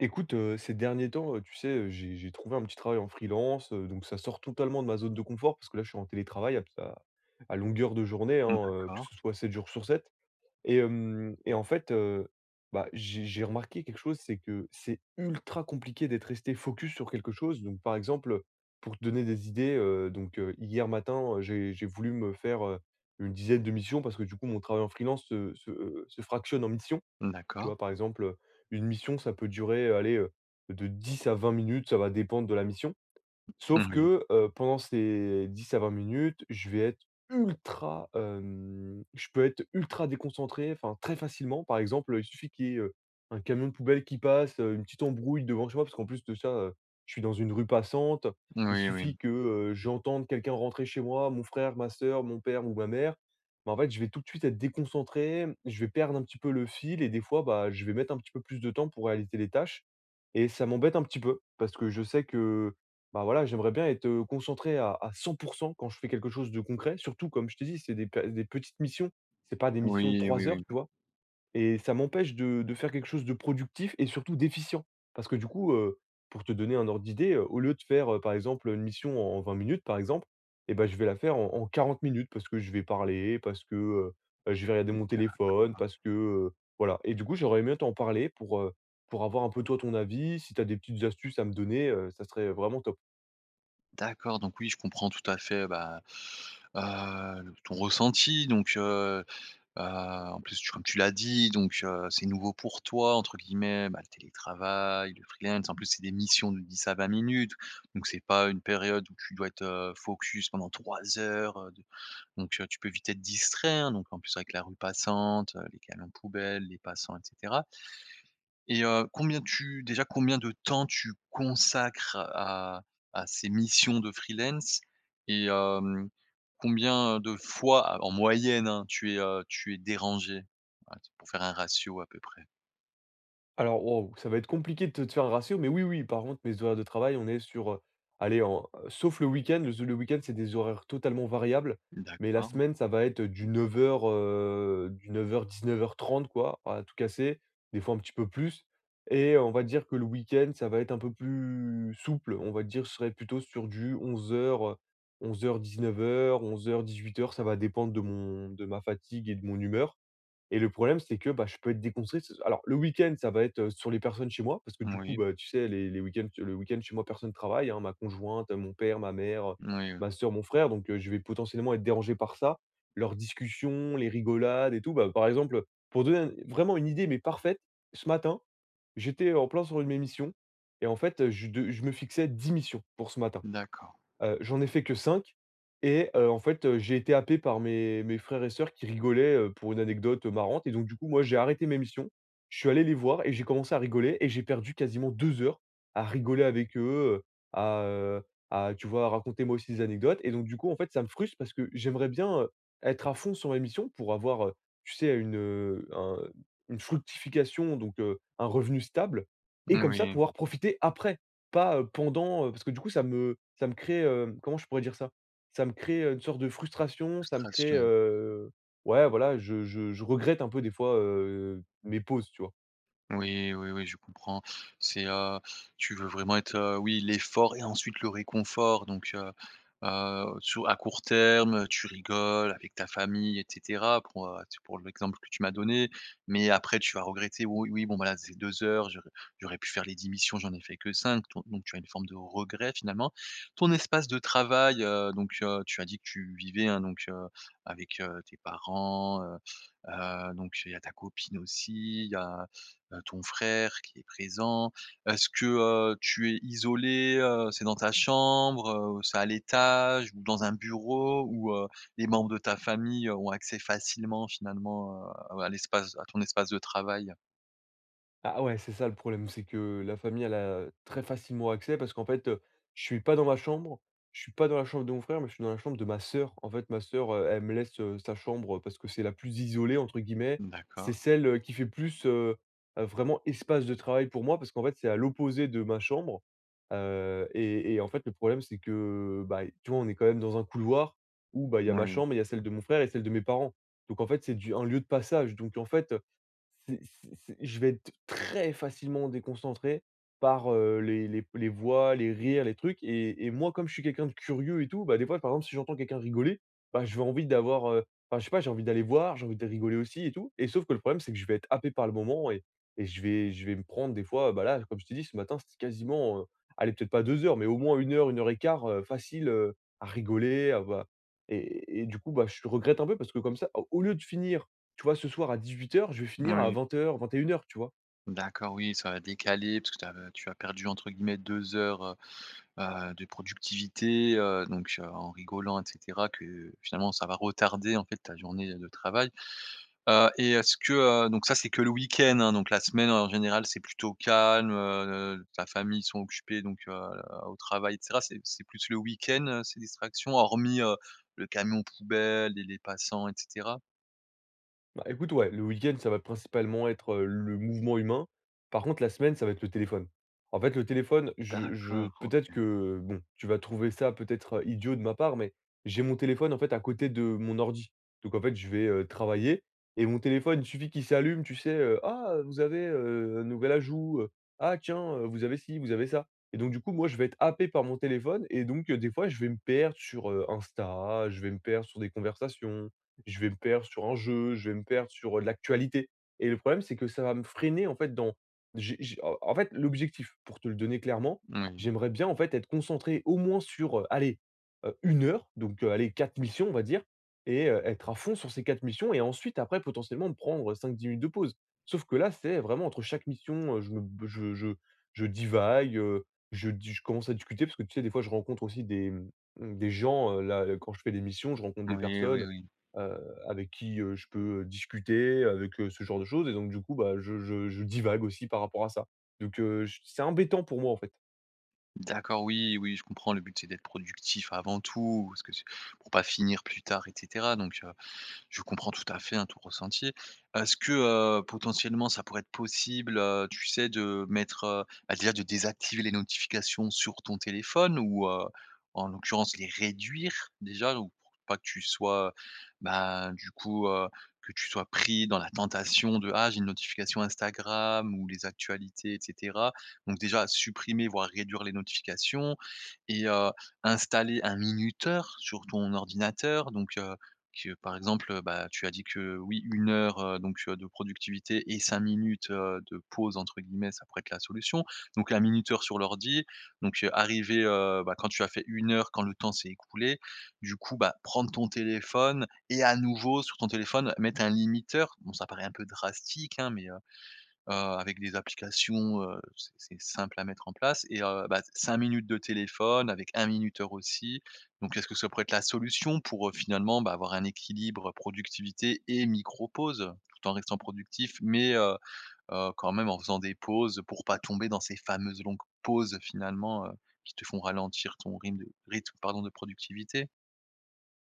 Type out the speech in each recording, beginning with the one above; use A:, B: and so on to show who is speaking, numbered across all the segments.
A: Écoute, ces derniers temps, tu sais, j'ai trouvé un petit travail en freelance, donc ça sort totalement de ma zone de confort parce que là, je suis en télétravail à longueur de journée, hein, que
B: D'accord,
A: ce soit 7 jours sur 7. Et en fait, bah, j'ai remarqué quelque chose, c'est que c'est ultra compliqué d'être resté focus sur quelque chose. Donc par exemple, pour te donner des idées, donc hier matin, j'ai voulu me faire, une dizaine de missions parce que du coup, mon travail en freelance se fractionne en missions. Tu
B: d'accord.
A: vois, par exemple, une mission, ça peut durer, allez, de 10 à 20 minutes, ça va dépendre de la mission. Sauf
B: Oui.
A: que, pendant ces 10 à 20 minutes, je peux être ultra déconcentré, enfin, très facilement. Par exemple, il suffit qu'il y ait, un camion de poubelle qui passe, une petite embrouille devant chez moi, parce qu'en plus de ça, je suis dans une rue passante. Il
B: Oui, oui.
A: suffit que, j'entende quelqu'un rentrer chez moi, mon frère, ma sœur, mon père ou ma mère. Bah, en fait, je vais tout de suite être déconcentré, je vais perdre un petit peu le fil et des fois, bah, je vais mettre un petit peu plus de temps pour réaliser les tâches. Et ça m'embête un petit peu parce que je sais que, bah, voilà, j'aimerais bien être, concentré à 100% quand je fais quelque chose de concret. Surtout, comme je te dis c'est des petites missions, c'est pas des missions de
B: Oui, oui,
A: 3 heures,
B: oui.
A: tu vois? Et ça m'empêche de faire quelque chose de productif et surtout d'efficient. Parce que du coup, pour te donner un ordre d'idée, au lieu de faire, par exemple, une mission en 20 minutes, par exemple, et ben je vais la faire en 40 minutes parce que je vais parler, parce que, je vais regarder mon téléphone, parce que, voilà. Et du coup, j'aurais aimé t'en parler pour avoir un peu toi ton avis. Si tu as des petites astuces à me donner, ça serait vraiment top.
B: D'accord, donc oui, je comprends tout à fait, bah, le ton ressenti donc en plus tu comme tu l'as dit donc c'est «nouveau pour toi» entre guillemets, bah, le télétravail, le freelance. En plus, c'est des missions de 10 à 20 minutes, donc c'est pas une période où tu dois être, focus pendant 3 heures, de donc tu peux vite être distrait, hein, donc en plus avec la rue passante, les camions poubelles, les passants etc. Et combien de temps tu consacres à ces missions de freelance? Et combien de fois, en moyenne, hein, tu es dérangé? Ouais, c'est pour faire un ratio à peu près.
A: Alors, waouh, ça va être compliqué de faire un ratio, mais oui, oui, par contre, mes horaires de travail, on est sur, allez, en sauf le week-end, le week-end, c'est des horaires totalement variables, mais la
B: D'accord.
A: semaine, ça va être du 9:00, du neuf dix-neuf heures trente quoi, à tout casser, des fois un petit peu plus et on va dire que le week-end, ça va être un peu plus souple. On va dire, je serai plutôt sur du onze heures, onze heures dix-neuf heures, onze heures dix-huit heures. Ça va dépendre de mon de ma fatigue et de mon humeur et le problème, c'est que, bah, je peux être déconstruit. Ce alors le week-end, ça va être, sur les personnes chez moi parce que du coup,
B: Oui.
A: bah, tu sais les week-ends le week-end chez moi personne ne travaille, hein. Ma conjointe, mon père, ma mère,
B: Oui,
A: ma sœur, mon frère, donc je vais potentiellement être dérangé par ça. Leurs discussions, les rigolades et tout. Bah, par exemple, pour donner un vraiment une idée mais parfaite, ce matin, j'étais en plein sur une émission et en fait, je me fixais 10 missions pour ce matin.
B: d'accord.
A: J'en ai fait que 5 et en fait, j'ai été happé par mes frères et sœurs qui rigolaient, pour une anecdote, marrante et donc du coup, moi, j'ai arrêté mes missions. Je suis allé les voir et j'ai commencé à rigoler et j'ai perdu quasiment 2 heures à rigoler avec eux, à, heu, à tu vois, raconter moi aussi des anecdotes et donc du coup, en fait, ça me frustre parce que j'aimerais bien, être à fond sur ma mission pour avoir, tu sais, une, un une fructification donc un revenu stable et comme ça
B: Oui,
A: pouvoir profiter après. Pas, pendant, parce que du coup ça me crée, comment je pourrais dire ça? Ça me crée, une sorte de frustration, ça me crée,
B: frustration.
A: ouais voilà, je regrette un peu des fois, mes pauses, tu vois?
B: Oui, oui, oui, je comprends. C'est, tu veux vraiment être, oui, l'effort et ensuite le réconfort. Donc, sur à court terme, tu rigoles avec ta famille et cetera pour, tu pour l'exemple que tu m'as donné. Mais après tu vas regretter: «Oui, oui, bon, bah, là, c'est 2 heures, j'aurais pu faire les 10 missions, j'en ai fait que 5. Ton Donc tu as une forme de regret finalement. Ton espace de travail, donc, tu as dit que tu vivais, hein, donc, avec, tes parents, donc il y a ta copine aussi, il y a ton frère qui est présent? Est-ce que, tu es isolé, c'est dans ta chambre, c'est à l'étage ou dans un bureau où, les membres de ta famille, ont accès facilement finalement, à l'espace à ton espace de travail?
A: Ah ouais, c'est ça le problème, c'est que la famille, elle a très facilement accès parce qu'en fait, je suis pas dans ma chambre, je suis pas dans la chambre de mon frère, mais je suis dans la chambre de ma sœur. En fait, ma sœur, elle me laisse, sa chambre, parce que c'est la plus isolée entre guillemets.
B: D'accord.
A: C'est celle, qui fait plus, vraiment espace de travail pour moi parce qu'en fait, c'est à l'opposé de ma chambre, et en fait, le problème, c'est que, bah, tu vois, on est quand même dans un couloir où, bah, il y a ma
B: Oui,
A: chambre, il y a celle de mon frère et celle de mes parents. Donc en fait, c'est du un lieu de passage. Donc en fait c'est je vais être très facilement déconcentré par, les voix, les rires, les trucs et moi comme je suis quelqu'un de curieux et tout, bah, des fois, par exemple, si j'entends quelqu'un rigoler, bah, je vais envie d'avoir, enfin, je sais pas, j'ai envie d'aller voir, j'ai envie de rigoler aussi et tout et sauf que le problème, c'est que je vais être happé par le moment et je vais me prendre des fois, bah, là, comme je t'ai dit, ce matin, c'était quasiment, allez, peut-être pas 2 heures, mais au moins 1 heure, 1 1/4, facile, à rigoler, à bah et du coup, bah, je regrette un peu parce que comme ça, au lieu de finir tu vois, ce soir à 18h, je vais finir à
B: oui.
A: vingt heures, vingt et une heures, tu vois?
B: D'accord, oui, ça va décaler parce que tu as perdu entre guillemets 2 heures, de productivité, donc, en rigolant et cetera que finalement ça va retarder en fait ta journée de travail. Et est-ce que, donc ça, c'est que le week-end, hein, donc la semaine, en général, c'est plutôt calme, ta famille, sont occupés, donc au travail et cetera. C'est plus le week-end, ces distractions, hormis, le camion poubelle et les passants et cetera?
A: Bah, écoute, ouais, le week-end, ça va principalement être, le mouvement humain. Par contre, la semaine, ça va être le téléphone. En fait, le téléphone, je
B: D'accord, OK.
A: peut-être que, bon, tu vas trouver ça peut-être, idiot de ma part, mais j'ai mon téléphone, en fait, à côté de mon ordi. Donc en fait, je vais, travailler et mon téléphone, il suffit qu'il s'allume, tu sais, «Ah, vous avez, un nouvel ajout», «Ah tiens, vous avez ci, vous avez ça» et donc du coup, moi, je vais être happé par mon téléphone et donc des fois, je vais me perdre sur, Insta, je vais me perdre sur des conversations, je vais me perdre sur un jeu, je vais me perdre sur, de l'actualité et le problème, c'est que ça va me freiner, en fait. Dans j'ai en en fait, l'objectif, pour te le donner clairement,
B: Oui.
A: j'aimerais bien, en fait, être concentré au moins sur, allez, 1 heure, donc allez, 4 missions, on va dire et être à fond sur ces 4 missions et ensuite, après, potentiellement, me prendre, cinq dix minutes de pause. Sauf que là, c'est vraiment entre chaque mission, je je je divague, je commence à discuter parce que, tu sais, des fois, je rencontre aussi des, des gens, là, quand je fais des missions, je rencontre des
B: Oui, oui,
A: personnes,
B: oui.
A: avec qui, je peux discuter, avec, ce genre de choses et donc du coup, bah, je divague aussi par rapport à ça. Donc, j c'est embêtant pour moi, en fait.
B: D'accord, oui, oui, je comprends. Le but, c'est d'être productif avant tout, parce que c'est pour pas finir plus tard et cetera, donc je comprends tout à fait, hein, ton ressenti. Est-ce que, potentiellement, ça pourrait être possible, tu sais, de mettre, bah, déjà de désactiver les notifications sur ton téléphone ou, en l'occurrence les réduire déjà ou pour pas que tu sois, bah, du coup, que tu sois pris dans la tentation de: «Ah, j'ai une notification Instagram ou les actualités» et cetera. Donc déjà supprimer, voire réduire les notifications et installer un minuteur sur ton ordinateur donc que par exemple, bah, tu as dit que oui, une heure, donc de productivité et 5 minutes, de «pause» entre guillemets, ça pourrait être la solution. Donc la minuteur sur l'ordi, donc arriver, bah, quand tu as fait 1 heure, quand le temps s'est écoulé, du coup, bah, prendre ton téléphone et à nouveau sur ton téléphone, mettre un limiteur. Bon, ça paraît un peu drastique, hein, mais avec des applications, c'est simple à mettre en place et bah, 5 minutes de téléphone avec un minuteur aussi. Donc est-ce que ça pourrait être la solution pour, finalement, bah, avoir un équilibre productivité et micro-pause? Tout en restant productif, mais quand même en faisant des pauses pour pas tomber dans ces fameuses longues pauses finalement, qui te font ralentir ton rythme, pardon, de productivité?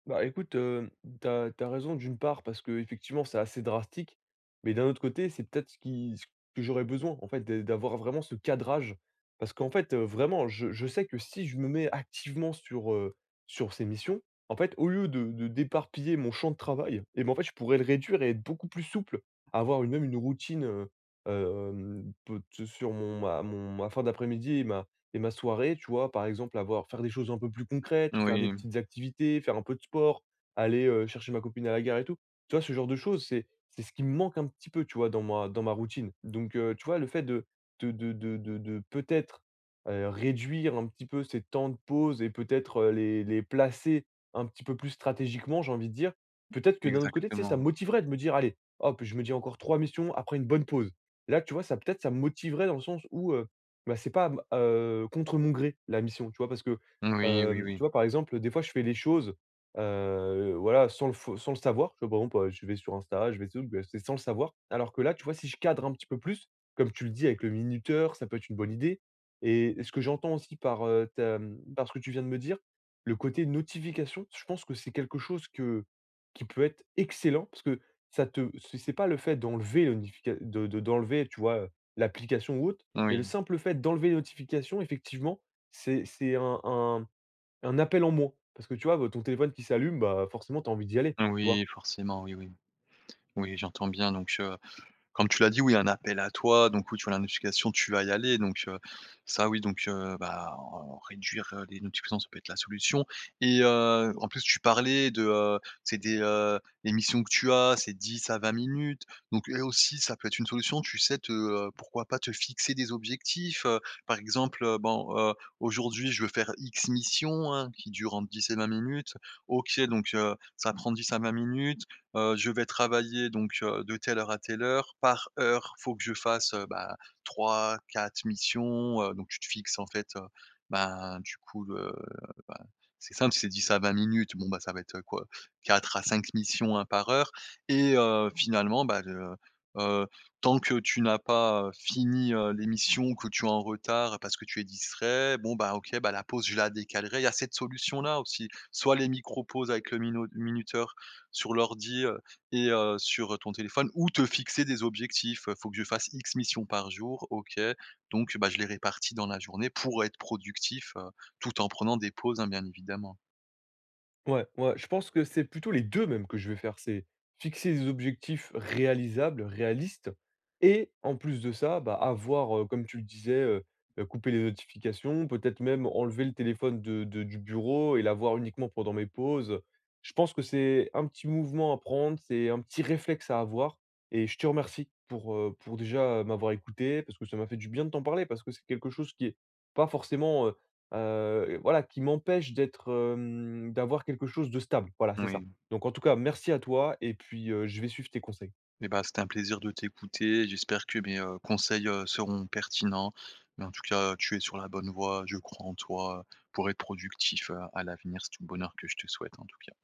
A: Bah, écoute, tu as raison d'une part parce que effectivement c'est assez drastique, mais d'un autre côté c'est peut-être ce que j'aurais besoin en fait de d'avoir vraiment ce cadrage. Parce qu'en fait, vraiment je sais que si je me mets activement sur, sur ces missions, en fait au lieu de d'éparpiller mon champ de travail et ben, en fait je pourrais le réduire et être beaucoup plus souple. Avoir une routine, peut sur mon ma fin d'après-midi ma et ma soirée, tu vois, par exemple, avoir faire des choses un peu plus concrètes, faire des
B: Oui,
A: petites activités, faire un peu de sport, aller chercher ma copine à la gare et tout. Tu vois, ce genre de choses, c'est ce qui me manque un petit peu, tu vois, dans ma routine. Donc tu vois, le fait de peut-être, réduire un petit peu ces temps de pause et peut-être, les placer un petit peu plus stratégiquement, j'ai envie de dire. Peut-être que d'un autre côté, tu sais, ça
B: exactement.
A: me motiverait de me dire: «Allez, hop, je me dis encore 3 missions après une bonne pause». Et là, tu vois, ça peut-être, ça me motiverait dans le sens où bah, c'est pas, m contre mon gré, la mission, tu vois? Parce que,
B: Oui, oui, oui.
A: tu vois, par exemple, des fois, je fais les choses, voilà, sans le f sans le savoir. Tu vois, par exemple, je vais sur Insta, je vais sur bah, c'est sans le savoir. Alors que là, tu vois, si je cadre un petit peu plus, comme tu le dis, avec le minuteur, ça peut être une bonne idée et ce que j'entends aussi par, par ce que tu viens de me dire, le côté notification, je pense que c'est quelque chose que qui peut être excellent parce que ça te c'est pas le fait d'enlever le notifica de d'enlever, tu vois, l'application ou autre, mais le
B: Oui.
A: simple fait d'enlever les notifications, effectivement, c'est un un appel en moins. Parce que, tu vois, bah, ton téléphone qui s'allume, bah, forcément, tu as envie d'y aller, tu vois?
B: Oui, forcément, oui, oui. Oui, j'entends bien donc comme tu l'as dit, oui, il y a un appel à toi, donc oui, tu vois la notification, tu vas y aller, donc ça oui, donc bah, en réduire, les notifications, ça peut être la solution et en plus, tu parlais de, les missions que tu as, c'est 10 à 20 minutes, donc là aussi, ça peut être une solution, tu sais, te, pourquoi pas te fixer des objectifs, par exemple, bon, aujourd'hui, je veux faire X mission, hein, qui dure entre 10 et 20 minutes. OK, donc ça prend 10 à 20 minutes, je vais travailler donc de telle heure à telle heure. Par heure, faut que je fasse, bah, 3-4 missions, donc tu te fixes en fait, ben, du coup le ben, c'est simple, c'est 10 à 20 minutes. Bon, bah, ça va être quoi? 4 à 5 missions, hein, par heure et finalement, bah, le heu, tant que tu n'as pas, fini, les missions, que tu es en retard parce que tu es distrait, bon, bah, OK, bah, la pause, je la décalerai. Il y a cette solution-là aussi. Soit les micro-pauses avec le mino minuteur sur l'ordi, et sur ton téléphone ou te fixer des objectifs, «Faut que je fasse X missions par jour», OK, donc bah, je les répartis dans la journée pour être productif, tout en prenant des pauses, hein, bien évidemment.
A: Ouais, ouais, je pense que c'est plutôt les 2 même que je vais faire. C'est fixer des objectifs réalisables, réalistes et en plus de ça, bah, avoir, comme tu le disais, couper les notifications, peut-être même enlever le téléphone de du bureau et l'avoir uniquement pendant mes pauses. Je pense que c'est un petit mouvement à prendre, c'est un petit réflexe à avoir et je te remercie pour déjà, m'avoir écouté parce que ça m'a fait du bien de t'en parler parce que c'est quelque chose qui est pas forcément, voilà, qui m'empêche d'être, d'avoir quelque chose de stable. Voilà, c'est ça.
B: Oui
A: Donc en tout cas, merci à toi et puis, je vais suivre tes conseils.
B: et bah, c'était un plaisir de t'écouter. J'espère que mes, conseils, seront pertinents, mais en tout cas, tu es sur la bonne voie. Je crois en toi, pour être productif, à l'avenir. C'est tout le bonheur que je te souhaite en tout cas.